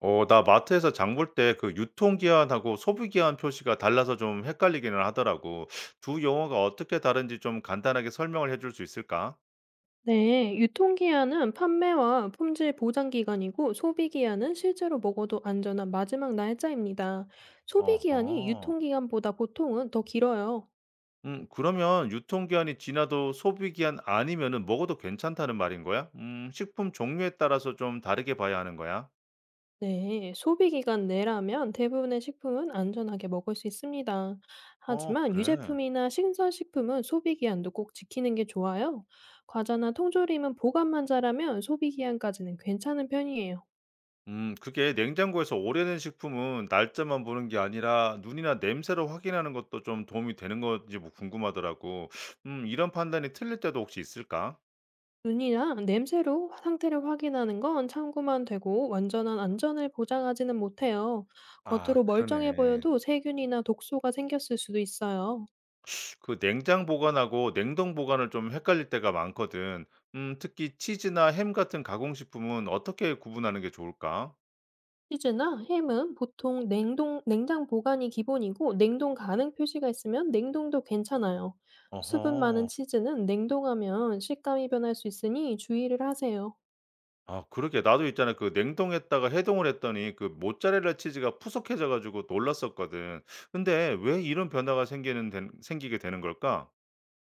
어 나 마트에서 장볼 때 그 유통기한하고 소비기한 표시가 달라서 좀 헷갈리기는 하더라고. 두 용어가 어떻게 다른지 좀 간단하게 설명을 해줄 수 있을까? 네, 유통기한은 판매와 품질 보장 기간이고 소비기한은 실제로 먹어도 안전한 마지막 날짜입니다. 소비기한이 어허. 유통기한보다 보통은 더 길어요. 그러면 유통기한이 지나도 소비기한 아니면은 먹어도 괜찮다는 말인 거야? 식품 종류에 따라서 좀 다르게 봐야 하는 거야? 네, 소비기간 내라면 대부분의 식품은 안전하게 먹을 수 있습니다. 어 하지만 그래. 유제품이나 신선식품은 소비기한도 꼭 지키는 게 좋아요. 과자나 통조림은 보관만 잘하면 소비기한까지는 괜찮은 편이에요. 그게 냉장고에서 오래된 식품은 날짜만 보는 게 아니라 눈이나 냄새로 확인하는 것도 좀 도움이 되는 건지 뭐 궁금하더라고. 이런 판단이 틀릴 때도 혹시 있을까? 눈이나 냄새로 상태를 확인하는 건 참고만 되고 완전한 안전을 보장하지는 못해요. 아 겉으로 멀쩡해 그러네. 보여도 세균이나 독소가 생겼을 수도 있어요. 그 냉장 보관하고 냉동 보관을 좀 헷갈릴 때가 많거든. 특히 치즈나 햄 같은 가공식품은 어떻게 구분하는 게 좋을까? 치즈나 햄은 보통 냉동, 냉장 보관이 기본이고 냉동 가능 표시가 있으면 냉동도 괜찮아요. 수분 많은 어허. 치즈는 냉동하면 식감이 변할 수 있으니 주의를 하세요. 아 그러게 나도 있잖아 그 냉동했다가 해동을 했더니 그 모짜렐라 치즈가 푸석해져 가지고 놀랐었거든. 근데 왜 이런 변화가 생기는 된 생기게 되는 걸까?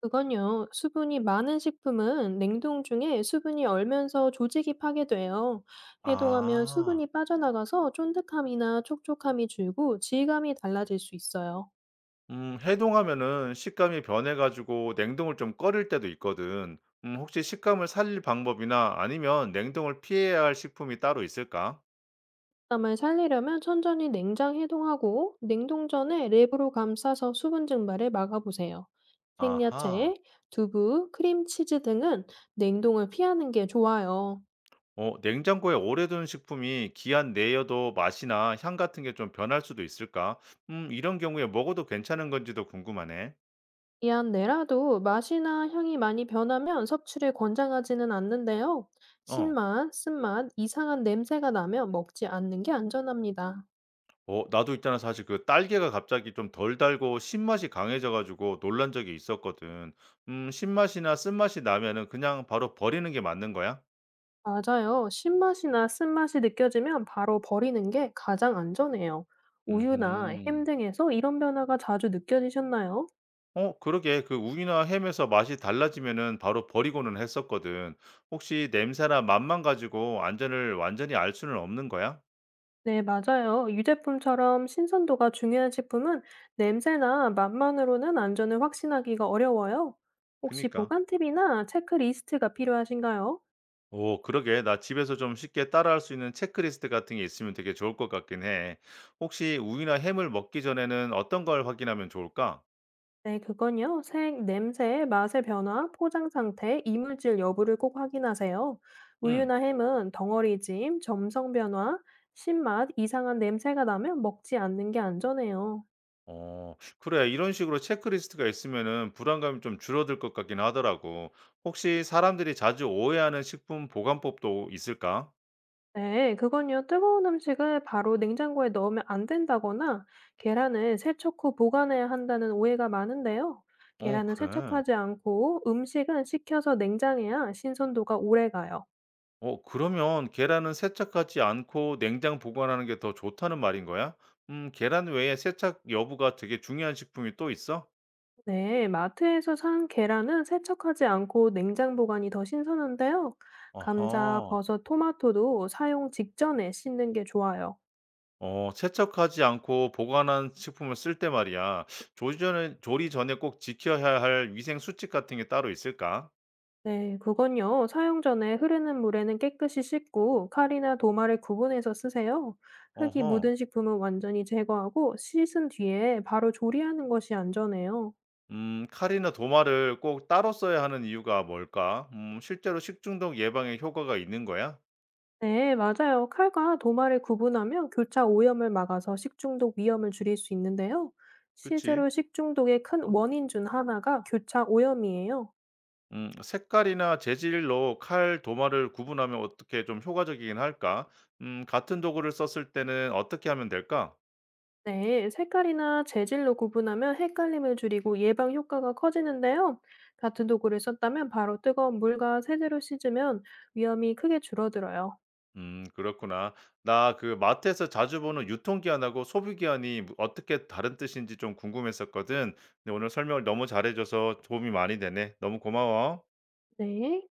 그건요, 수분이 많은 식품은 냉동 중에 수분이 얼면서 조직이 파괴돼요. 해동하면 아. 수분이 빠져나가서 쫀득함이나 촉촉함이 줄고 질감이 달라질 수 있어요. 해동하면은 식감이 변해 가지고 냉동을 좀 꺼릴 때도 있거든. 혹시 식감을 살릴 방법이나 아니면 냉동을 피해야 할 식품이 따로 있을까? 식감을 살리려면 천천히 냉장 해동하고 냉동 전에 랩으로 감싸서 수분 증발을 막아보세요. 아하. 생야채, 두부, 크림치즈 등은 냉동을 피하는 게 좋아요. 어, 냉장고에 오래 둔 식품이 기한 내여도 맛이나 향 같은 게 좀 변할 수도 있을까? 이런 경우에 먹어도 괜찮은 건지도 궁금하네. 이안 내라도 맛이나 향이 많이 변하면 섭취를 권장하지는 않는데요. 어, 신맛, 쓴맛, 이상한 냄새가 나면 먹지 않는 게 안전합니다. 어, 나도 있잖아. 사실 그 딸기가 갑자기 좀 덜 달고 신맛이 강해져가지고 놀란 적이 있었거든. 신맛이나 쓴맛이 나면은 그냥 바로 버리는 게 맞는 거야? 맞아요. 신맛이나 쓴맛이 느껴지면 바로 버리는 게 가장 안전해요. 우유나 햄 음, 등에서 이런 변화가 자주 느껴지셨나요? 어, 그러게. 그 우유나 햄에서 맛이 달라지면은 바로 버리고는 했었거든. 혹시 냄새나 맛만 가지고 안전을 완전히 알 수는 없는 거야? 네, 맞아요. 유제품처럼 신선도가 중요한 식품은 냄새나 맛만으로는 안전을 확신하기가 어려워요. 혹시 그니까. 보관 팁이나 체크리스트가 필요하신가요? 오, 그러게. 나 집에서 좀 쉽게 따라할 수 있는 체크리스트 같은 게 있으면 되게 좋을 것 같긴 해. 혹시 우유나 햄을 먹기 전에는 어떤 걸 확인하면 좋을까? 네, 그건요. 색, 냄새, 맛의 변화, 포장 상태, 이물질 여부를 꼭 확인하세요. 응. 우유나 햄은 덩어리짐, 점성 변화, 신맛, 이상한 냄새가 나면 먹지 않는 게 안전해요. 어, 그래. 이런 식으로 체크리스트가 있으면은 불안감이 좀 줄어들 것 같긴 하더라고. 혹시 사람들이 자주 오해하는 식품 보관법도 있을까? 네, 그건요. 뜨거운 음식을 바로 냉장고에 넣으면 안 된다거나 계란을 세척 후 보관해야 한다는 오해가 많은데요. 어, 계란은 그래. 세척하지 않고 음식은 식혀서 냉장해야 신선도가 오래 가요. 어, 그러면 계란은 세척하지 않고 냉장 보관하는 게 더 좋다는 말인 거야? 계란 외에 세척 여부가 되게 중요한 식품이 또 있어? 네, 마트에서 산 계란은 세척하지 않고 냉장 보관이 더 신선한데요. 감자, 어허. 버섯, 토마토도 사용 직전에 씻는 게 좋아요. 어, 세척하지 않고 보관한 식품을 쓸 때 말이야. 조리 전에 꼭 지켜야 할 위생 수칙 같은 게 따로 있을까? 네, 그건요. 사용 전에 흐르는 물에는 깨끗이 씻고 칼이나 도마를 구분해서 쓰세요. 흙이 어허. 묻은 식품은 완전히 제거하고 씻은 뒤에 바로 조리하는 것이 안전해요. 칼이나 도마를 꼭 따로 써야 하는 이유가 뭘까? 실제로 식중독 예방에 효과가 있는 거야? 네, 맞아요. 칼과 도마를 구분하면 교차 오염을 막아서 식중독 위험을 줄일 수 있는데요. 그치? 실제로 식중독의 큰 원인 중 하나가 교차 오염이에요. 색깔이나 재질로 칼, 도마를 구분하면 어떻게 좀 효과적이긴 할까? 같은 도구를 썼을 때는 어떻게 하면 될까? 네, 색깔이나 재질로 구분하면 헷갈림을 줄이고 예방 효과가 커지는데요. 같은 도구를 썼다면 바로 뜨거운 물과 세제로 씻으면 위험이 크게 줄어들어요. 그렇구나. 나 그 마트에서 자주 보는 유통기한하고 소비기한이 뭐 어떻게 다른 뜻인지 좀 궁금했었거든. 근데 오늘 설명을 너무 잘해 줘서 도움이 많이 되네. 너무 고마워. 네.